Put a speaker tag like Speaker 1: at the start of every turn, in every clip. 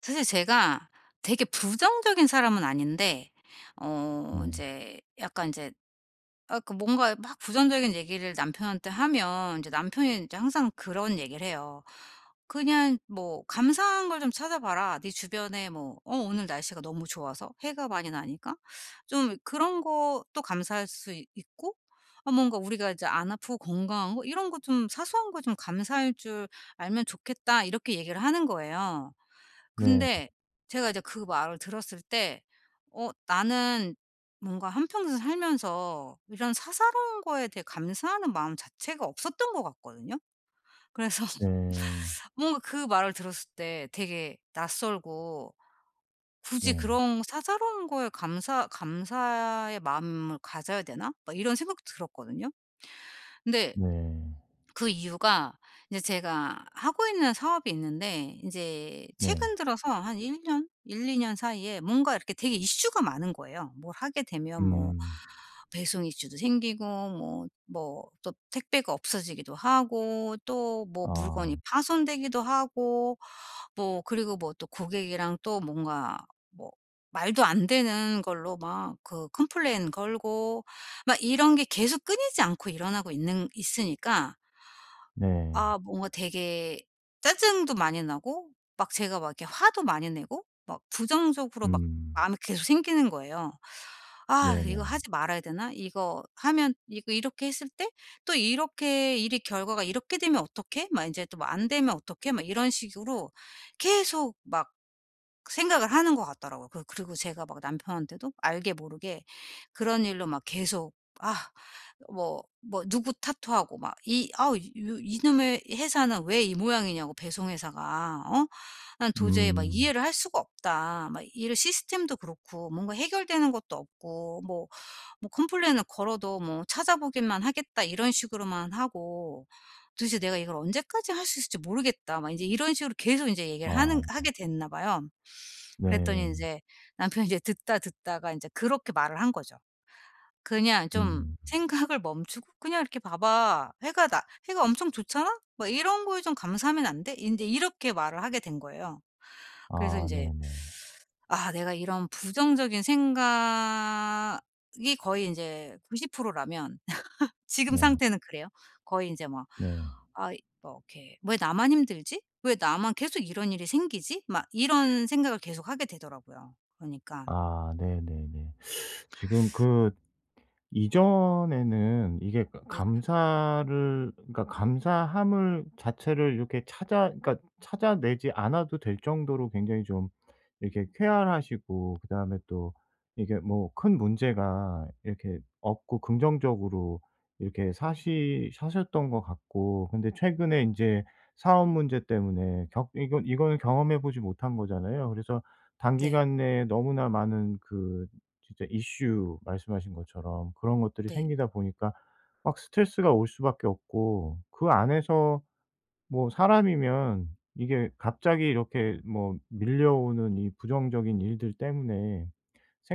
Speaker 1: 사실 제가 되게 부정적인 사람은 아닌데 이
Speaker 2: 네.
Speaker 1: 제 약간 이제 그 뭔가 막 부정적인 얘기를 남편한테 하면 이제 남편이 이제 항상 그런 얘기를 해요. "그냥 뭐 감사한 걸 좀 찾아봐라. 네 주변에 뭐 오늘 날씨가 너무 좋아서 해가 많이 나니까 좀 그런 것도 감사할 수 있고 뭔가 우리가 이제 안 아프고 건강한 거 이런 거 좀 사소한 거 좀 감사할 줄 알면 좋겠다." 이렇게 얘기를 하는 거예요.
Speaker 2: 네.
Speaker 1: 근데 제가 이제 그 말을 들었을 때 나는 뭔가 한평생 살면서 이런 사사로운 거에 되게 감사하는 마음 자체가 없었던 것 같거든요. 그래서
Speaker 2: 네.
Speaker 1: 뭔가 그 말을 들었을 때 되게 낯설고 '굳이
Speaker 2: 네.
Speaker 1: 그런 사사로운 거에 감사의 마음을 가져야 되나?' 막 이런 생각도 들었거든요. 근데
Speaker 2: 네.
Speaker 1: 그 이유가 이제 제가 하고 있는 사업이 있는데 이제
Speaker 2: 네.
Speaker 1: 최근 들어서 한 1 년, 1-2년 사이에 뭔가 이렇게 되게 이슈가 많은 거예요. 뭘 하게 되면 뭐
Speaker 2: 음.
Speaker 1: 배송 이슈도 생기고 뭐 뭐 또 택배가 없어지기도 하고 또 뭐
Speaker 2: 아.
Speaker 1: 물건이 파손되기도 하고 뭐 그리고 뭐 또 고객이랑 또 뭔가 뭐 말도 안 되는 걸로 막 그 컴플레인 걸고 막 이런 게 계속 끊이지 않고 일어나고 있는 있으니까
Speaker 2: 네.
Speaker 1: 뭔가 되게 짜증도 많이 나고 막 제가 막 이렇게 화도 많이 내고 막 부정적으로 막
Speaker 2: 음.
Speaker 1: 마음이 계속 생기는 거예요. '아 이거
Speaker 2: 네네.
Speaker 1: 하지 말아야 되나? 이거 하면 이거 이렇게 했을 때 또 이렇게 일이 결과가 이렇게 되면 어떡해?' 막 인제 또 뭐 '안 되면 어떡해?' 막 이런 식으로 계속 막 생각을 하는 것 같더라고요. 그리고 제가 막 남편한테도 알게 모르게 그런 일로 막 계속 아 뭐 뭐 누구 탓도 하고 막 이 아우 이 이놈의 회사는 왜 이 모양이냐고. 배송 회사가. 어? 난 도저히 막
Speaker 2: 음.
Speaker 1: 이해를 할 수가 없다. 막 이런 시스템도 그렇고 뭔가 해결되는 것도 없고 뭐 뭐 컴플레인을 걸어도 뭐 찾아보기만 하겠다 이런 식으로만 하고, 도대체 내가 이걸 언제까지 할 수 있을지 모르겠다. 막 이제 이런 식으로 계속 이제 얘기를 하는
Speaker 2: 아.
Speaker 1: 하게 됐나 봐요. 그랬더니
Speaker 2: 네.
Speaker 1: 인제 남편이 이제 듣다 듣다가 인제 그렇게 말을 한 거죠. "그냥 좀
Speaker 2: 음.
Speaker 1: 생각을 멈추고 그냥 이렇게 봐 봐. 해가 엄청 좋잖아? 뭐 이런 거에 좀 감사하면 안 돼?" 인제 이렇게 말을 하게 된 거예요. 그래서
Speaker 2: 아
Speaker 1: 인제
Speaker 2: 네네.
Speaker 1: '아 내가 이런 부정적인 생각이 거의 인제 90% 라면' 지금
Speaker 2: 네.
Speaker 1: 상태는 그래요. 거의 인제 막
Speaker 2: 네.
Speaker 1: 아 뭐 이렇게 '왜 나만 힘들지? 왜 나만 계속 이런 일이 생기지?' 막 이런 생각을 계속하게 되더라고요. 그러니까.
Speaker 2: 아 네네네. 지금 그 이전에는 이게
Speaker 1: 네.
Speaker 2: 감사를 그러니까 감사함을 자체를 이렇게 찾아 그러니까 찾아내지 않아도 될 정도로 굉장히 좀 이렇게 쾌활하시고, 그다음에 또 이게 뭐 큰 문제가 이렇게 없고 긍정적으로 이렇게 사시 사셨던 것 같고, 근데 최근에 이제 사업 문제 때문에 겪 이건 이거는 경험해 보지 못한 거잖아요. 그래서
Speaker 1: 네.
Speaker 2: 단기간 내에 너무나 많은 그 진짜 이슈 말씀하신 것처럼 그런 것들이
Speaker 1: 네.
Speaker 2: 생기다 보니까 막 스트레스가 올 수밖에 없고, 그 안에서 뭐 사람이면 이게 갑자기 이렇게 뭐 밀려오는 이 부정적인 일들 때문에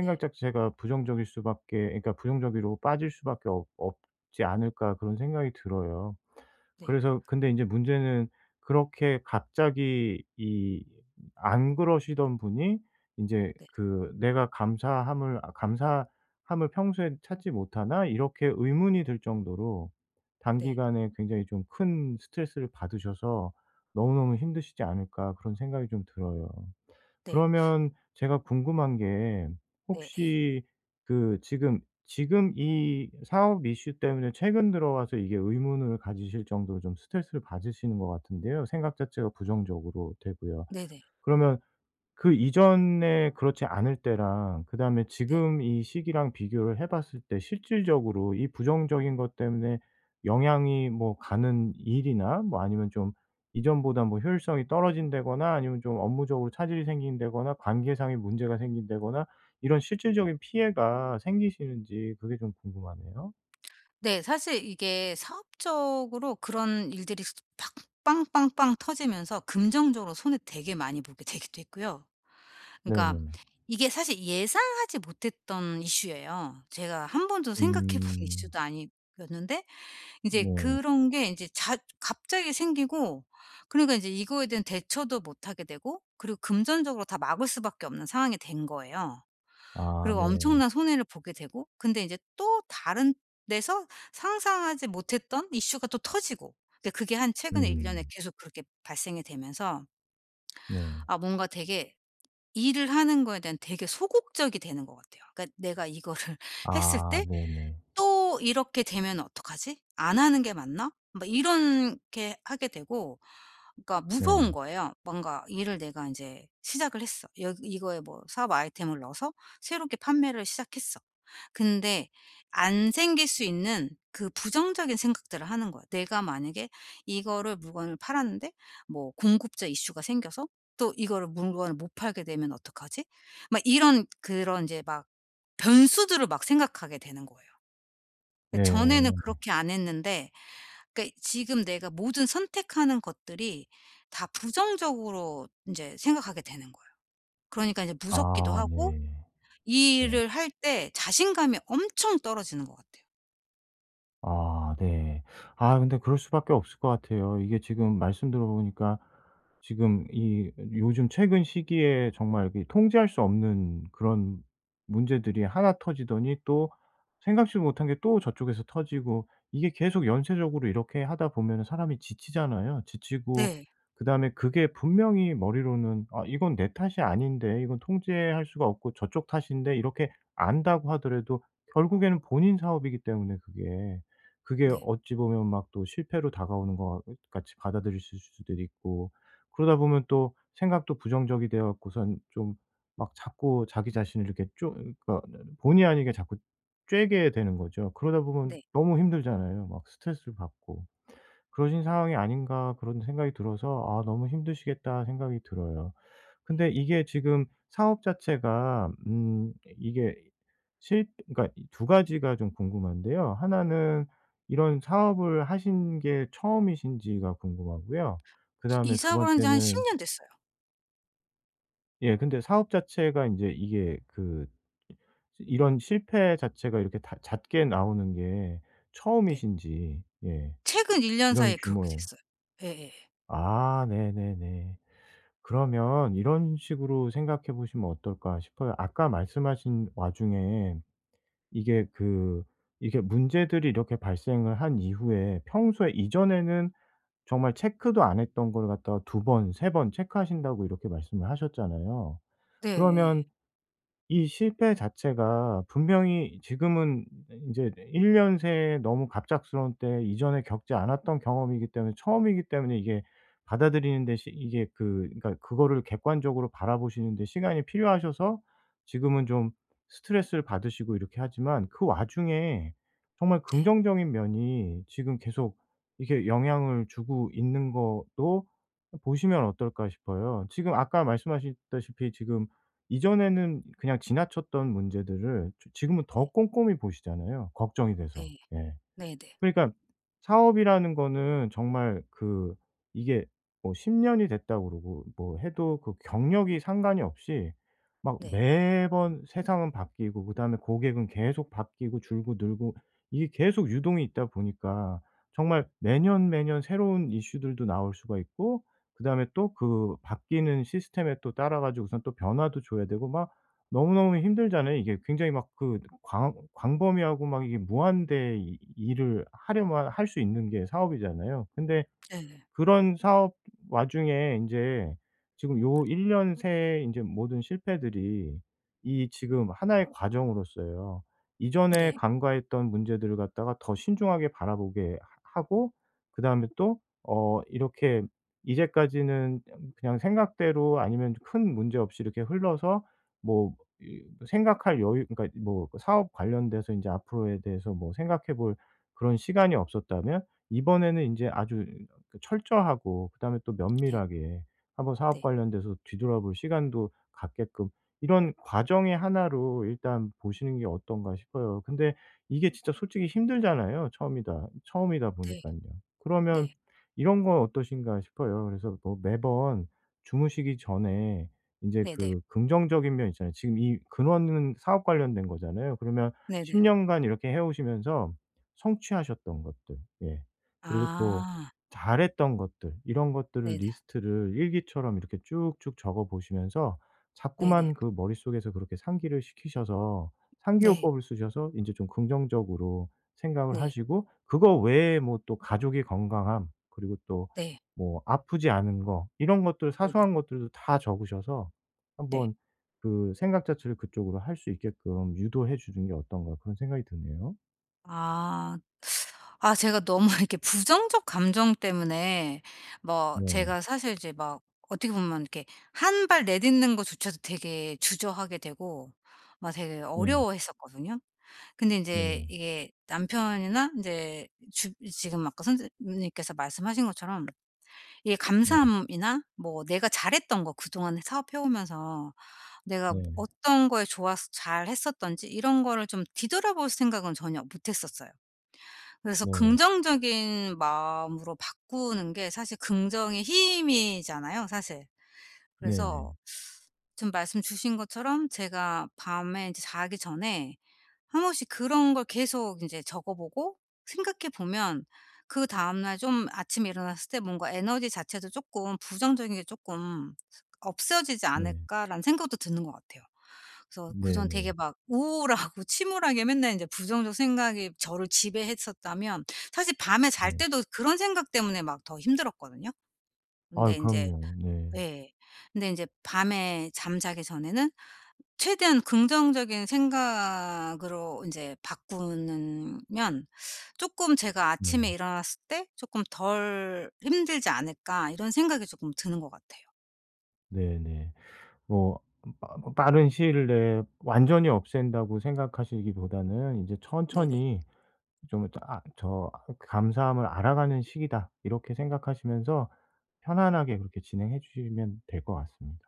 Speaker 1: 네.
Speaker 2: 자체가 부정적일 수밖에, 그러니까 부정적으로 빠질 수밖에 없 없지 않을까 그런 생각이 들어요.
Speaker 1: 네.
Speaker 2: 그래서 근데 인제 문제는 그렇게 갑자기 이 안 그러시던 분이 인제
Speaker 1: 네.
Speaker 2: 그 '내가 감사함을 아 감사함을 평소에 찾지 못하나?' 이렇게 의문이 들 정도로
Speaker 1: 네.
Speaker 2: 단기간에 굉장히 좀 큰 스트레스를 받으셔서 '너무너무 힘드시지 않을까.' 그런 생각이 좀 들어요.
Speaker 1: 네.
Speaker 2: 그러면 제가 궁금한 게,
Speaker 1: 네 예.
Speaker 2: 혹시 그 지금 이 사업 이슈 때문에 최근 들어와서 이게 의문을 가지실 정도로 좀 스트레스를 받으시는 것 같은데요. 생각 자체가 부정적으로 되고요.
Speaker 1: 네네.
Speaker 2: 그러면 그 이전에 그렇지 않을 때랑 그다음에
Speaker 1: 네.
Speaker 2: 지금 이 시기랑 비교를 해 봤을 때 실질적으로 이 부정적인 것 때문에 영향이 뭐 가는 일이나, 뭐 아니면 좀 이전보다 뭐 효율성이 떨어진다거나, 아니면 좀 업무적으로 차질이 생긴다거나, 관계상의 문제가 생긴다거나, 이런 실질적인 피해가 생기시는지 그게 좀 궁금하네요.
Speaker 1: 네. 사실 이게 사업적으로 그런 일들이 팍 빵빵빵 터지면서 금전적으로 손해 되게 많이 보게 되기도 했고요. 그러니까
Speaker 2: 네네.
Speaker 1: 이게 사실 예상하지 못했던 이슈예요. 제가 한 번도 생각해 본
Speaker 2: 음.
Speaker 1: 이슈도 아니었는데 인제
Speaker 2: 네.
Speaker 1: 그런 게 인제 자 갑자기 생기고 그러니까 인제 이거에 대한 대처도 못 하게 되고 그리고 금전적으로 다 막을 수밖에 없는 상황이 된 거예요.
Speaker 2: 아
Speaker 1: 그리고
Speaker 2: 네.
Speaker 1: 엄청난 손해를 보게 되고, 근데 이제 또 다른 데서 상상하지 못했던 이슈가 또 터지고, 근데 그게 한 최근에 1 년에
Speaker 2: 음.
Speaker 1: 계속 그렇게 발생이 되면서
Speaker 2: 네.
Speaker 1: 뭔가 되게 일을 하는 거에 대한 되게 소극적이 되는 것 같아요. 그러니까 내가 이거를 했을
Speaker 2: 아
Speaker 1: 때
Speaker 2: 네네.
Speaker 1: '또 이렇게 되면 어떡하지? 안 하는 게 맞나?' 막 이런 게 하게 되고, 그러니까
Speaker 2: 네.
Speaker 1: 무서운 거예요. 뭔가 일을 내가 이제 시작을 했어. 여 이거에 뭐 사업 아이템을 넣어서 새롭게 판매를 시작했어. 근데 안 생길 수 있는 그 부정적인 생각들을 하는 거야. 내가 만약에 이거를 물건을 팔았는데 뭐 공급자 이슈가 생겨서 또 이거를 물건을 못 팔게 되면 어떡하지? 막 이런 그런 이제 막 변수들을 막 생각하게 되는 거예요. 그 전에는
Speaker 2: 네.
Speaker 1: 그렇게 안 했는데. 그러니까 지금 내가 모든 선택하는 것들이 다 부정적으로 인제 생각하게 되는 거예요. 그러니까 이제 무섭기도
Speaker 2: 아
Speaker 1: 하고
Speaker 2: 네.
Speaker 1: 이
Speaker 2: 네.
Speaker 1: 일을 할 때 자신감이 엄청 떨어지는 것 같아요.
Speaker 2: 아 네. 아 근데 그럴 수밖에 없을 것 같아요. 이게 지금 말씀 들어 보니까, 지금 이 요즘 최근 시기에 정말 그 통제할 수 없는 그런 문제들이 하나 터지더니 또 생각지도 못한 게 또 저쪽에서 터지고, 이게 계속 연쇄적으로 이렇게 하다 보면은 사람이 지치잖아요. 지치고
Speaker 1: 네.
Speaker 2: 그다음에 그게 분명히 머리로는 '아 이건 내 탓이 아닌데. 이건 통제할 수가 없고 저쪽 탓인데.' 이렇게 안다고 하더라도 결국에는 본인 사업이기 때문에 그게
Speaker 1: 네.
Speaker 2: 어찌 보면 막 또 실패로 다가오는 것 같이 받아들일 수도 있고, 그러다 보면 또 생각도 부정적이 되어 갖고선 좀 막 자꾸 자기 자신을 이렇게 쪼 그러니까 본의 아니게 자꾸 쬐게 되는 거죠. 그러다 보면
Speaker 1: 네.
Speaker 2: 너무 힘들잖아요. 막 스트레스를 받고. 그러신 상황이 아닌가 그런 생각이 들어서 아 너무 힘드시겠다 생각이 들어요.
Speaker 1: 네.
Speaker 2: 근데 이게 지금 사업 자체가 이게 실 그러니까 이 두 가지가 좀 궁금한데요. 하나는 이런 사업을 하신 게 처음이신지가 궁금하고요. 그다음에 두
Speaker 1: 이사를 한 지 한 10
Speaker 2: 번째는,
Speaker 1: 년 됐어요.
Speaker 2: 예, 근데 사업 자체가 인제 이게 그 이런 실패 자체가 이렇게 다 잦게 나오는 게
Speaker 1: 네.
Speaker 2: 처음이신지, 예,
Speaker 1: 최근 1년
Speaker 2: 이런
Speaker 1: 사이에 그렇게
Speaker 2: 규모의.
Speaker 1: 됐어요. 예예예.
Speaker 2: 아 네네네. 그러면 이런 식으로 생각해 보시면 어떨까 싶어요. 아까 말씀하신 와중에 이게 그 이게 문제들이 이렇게 발생을 한 이후에, 평소에 이전에는 정말 체크도 안 했던 걸 갖다가 두 번, 세 번 체크하신다고 이렇게 말씀을 하셨잖아요.
Speaker 1: 네 예.
Speaker 2: 그러면 이 실패 자체가 분명히 지금은 이제1 년새 너무 갑작스러운 때 이전에 겪지 않았던 경험이기 때문에, 처음이기 때문에, 이게 받아들이는 데 시 이게 그 그러니까 그거를 객관적으로 바라보시는 데 시간이 필요하셔서 지금은 좀 스트레스를 받으시고 이렇게 하지만, 그 와중에 정말
Speaker 1: 네.
Speaker 2: 긍정적인 면이 지금 계속 이렇게 영향을 주고 있는 것도 보시면 어떨까 싶어요. 지금 아까 말씀하셨다시피 지금 이전에는 그냥 지나쳤던 문제들을 지 지금은 더
Speaker 1: 네.
Speaker 2: 꼼꼼히 보시잖아요, 걱정이 돼서.
Speaker 1: 네.
Speaker 2: 예.
Speaker 1: 네네.
Speaker 2: 그러니까 사업이라는 거는 정말 그 이게 뭐 10 년이 됐다고 그러고 뭐 해도 그 경력이 상관이 없이 막
Speaker 1: 네.
Speaker 2: 매번 세상은 바뀌고, 그다음에 고객은 계속 바뀌고 줄고 늘고, 이게 계속 유동이 있다 보니까 정말 매년, 매년 새로운 이슈들도 나올 수가 있고, 그다음에 또 그 바뀌는 시스템에 또 따라 가지고선 또 변화도 줘야 되고, 막 너무너무 힘들잖아요. 이게 굉장히 막 그 광 광범위하고 막 이게 무한대 이 일을 하려면 할 수 있는 게 사업이잖아요. 근데
Speaker 1: 네.
Speaker 2: 그런 사업 와중에 인제 지금 요 1년 새에 인제 모든 실패들이 이 지금 하나의 과정으로서요. 이전에
Speaker 1: 네.
Speaker 2: 간과했던 문제들을 갖다가 더 신중하게 바라보게 하 하고 그다음에 또 이렇게 이제까지는 그냥 생각대로 아니면 큰 문제 없이 이렇게 흘러서 뭐 이 생각할 여유, 그러니까 뭐 사업 관련돼서 인제 앞으로에 대해서 뭐 생각해 볼 그런 시간이 없었다면, 이번에는 인제 아주 그 철저하고 그다음에 또
Speaker 1: 네.
Speaker 2: 면밀하게 한번 사업
Speaker 1: 네.
Speaker 2: 관련돼서 뒤돌아볼 시간도 갖게끔, 이런 과정의 하나로 일단 보시는 게 어떤가 싶어요. 근데 이게 진짜 솔직히 힘들잖아요, 처음이다 처음이다 보니
Speaker 1: 네.
Speaker 2: 까요 그러면
Speaker 1: 네.
Speaker 2: 이런 건 어떠신가 싶어요. 그래서 뭐 매번 주무시기 전에 인제
Speaker 1: 네네.
Speaker 2: 그 긍정적인 면 있잖아요. 지금 이 근원은 사업 관련된 거잖아요. 그러면 10
Speaker 1: 네네.
Speaker 2: 년간 이렇게 해 오시면서 성취하셨던 것들, 예, 그리고 또
Speaker 1: 아.
Speaker 2: 잘했던 것들 이런 것들을
Speaker 1: 네네.
Speaker 2: 리스트를 일기처럼 이렇게 쭉쭉 적어 보시면서
Speaker 1: 네네.
Speaker 2: 자꾸만 그 머릿속에서 그렇게 상기를 시키셔서
Speaker 1: 네.
Speaker 2: 상기요법을 쓰셔서 인제 좀 긍정적으로 생각을
Speaker 1: 네.
Speaker 2: 하시고, 그거 외에 뭐 또 가족의 건강함 그리고 또
Speaker 1: 네.
Speaker 2: 뭐 아프지 않은 거 이런 것들
Speaker 1: 네 네. 네. 네, 네,
Speaker 2: 사소한 것들도 다 적으셔서
Speaker 1: 네.
Speaker 2: 한번 그 생각 자체를 그쪽으로 할 수 있게끔 유도해 주는 게 어떤가 그런 생각이 드네요.
Speaker 1: 아. 제가 너무 이렇게 부정적 감정 때문에 뭐
Speaker 2: 네.
Speaker 1: 제가 사실 이제 막 어떻게 보면 이렇게 한 발 내딛는 것조차도 되게 주저하게 되고 막 되게
Speaker 2: 네.
Speaker 1: 어려워했었거든요. 근데 인제
Speaker 2: 네네.
Speaker 1: 이게 남편이나 인제 주 지금 아까 선생님께서 말씀하신 것처럼 예
Speaker 2: 네.
Speaker 1: 감사함이나 뭐 내가 잘했던 거 그동안 사업해 오면서 내가
Speaker 2: 네.
Speaker 1: 어떤 거에 좋아서 잘했었던지 이런 거를 좀 뒤돌아볼 생각은 전혀 못 했었어요. 그래서
Speaker 2: 네.
Speaker 1: 긍정적인 마음으로 바꾸는 게 사실 긍정의 힘이잖아요 사실.
Speaker 2: 네네.
Speaker 1: 그래서 지금 말씀 주신 것처럼 제가 밤에 이제 자기 전에 한 번씩 그런 걸 계속 인제 적어 보고 생각해 보면 그다음 날 좀 아침에 일어났을 때 뭔가 에너지 자체도 쪼끔 '부정적인 게 쪼끔 없어지지
Speaker 2: 네.
Speaker 1: 않을까.'라는 생각도 드는 것 같아요. 그래서 그전 되게
Speaker 2: 네네.
Speaker 1: 막 우울하고 침울하게 맨날 인제 부정적 생각이 저를 지배했었다면 사실 밤에 잘
Speaker 2: 네.
Speaker 1: 때도 그런 생각 때문에 막 더 힘들었거든요. 근데
Speaker 2: 아유
Speaker 1: 인제
Speaker 2: 그럼요. 네.
Speaker 1: 예. 근데 인제 밤에 잠자기 전에는 최대한 긍정적인 생각으로 이제 바꾸면 조금 제가 아침에
Speaker 2: 네.
Speaker 1: 일어났을 때 조금 덜 힘들지 않을까 이런 생각이 조금 드는 것 같아요.
Speaker 2: 네네. 뭐빠 뭐 빠른 시일 내에 완전히 없앤다고 생각하시기보다는 이제
Speaker 1: 네네.
Speaker 2: '천천히 좀 아 저 감사함을 알아가는 시기다.' 이렇게 생각하시면서 편안하게 그렇게 진행해 주시면 될 것 같습니다.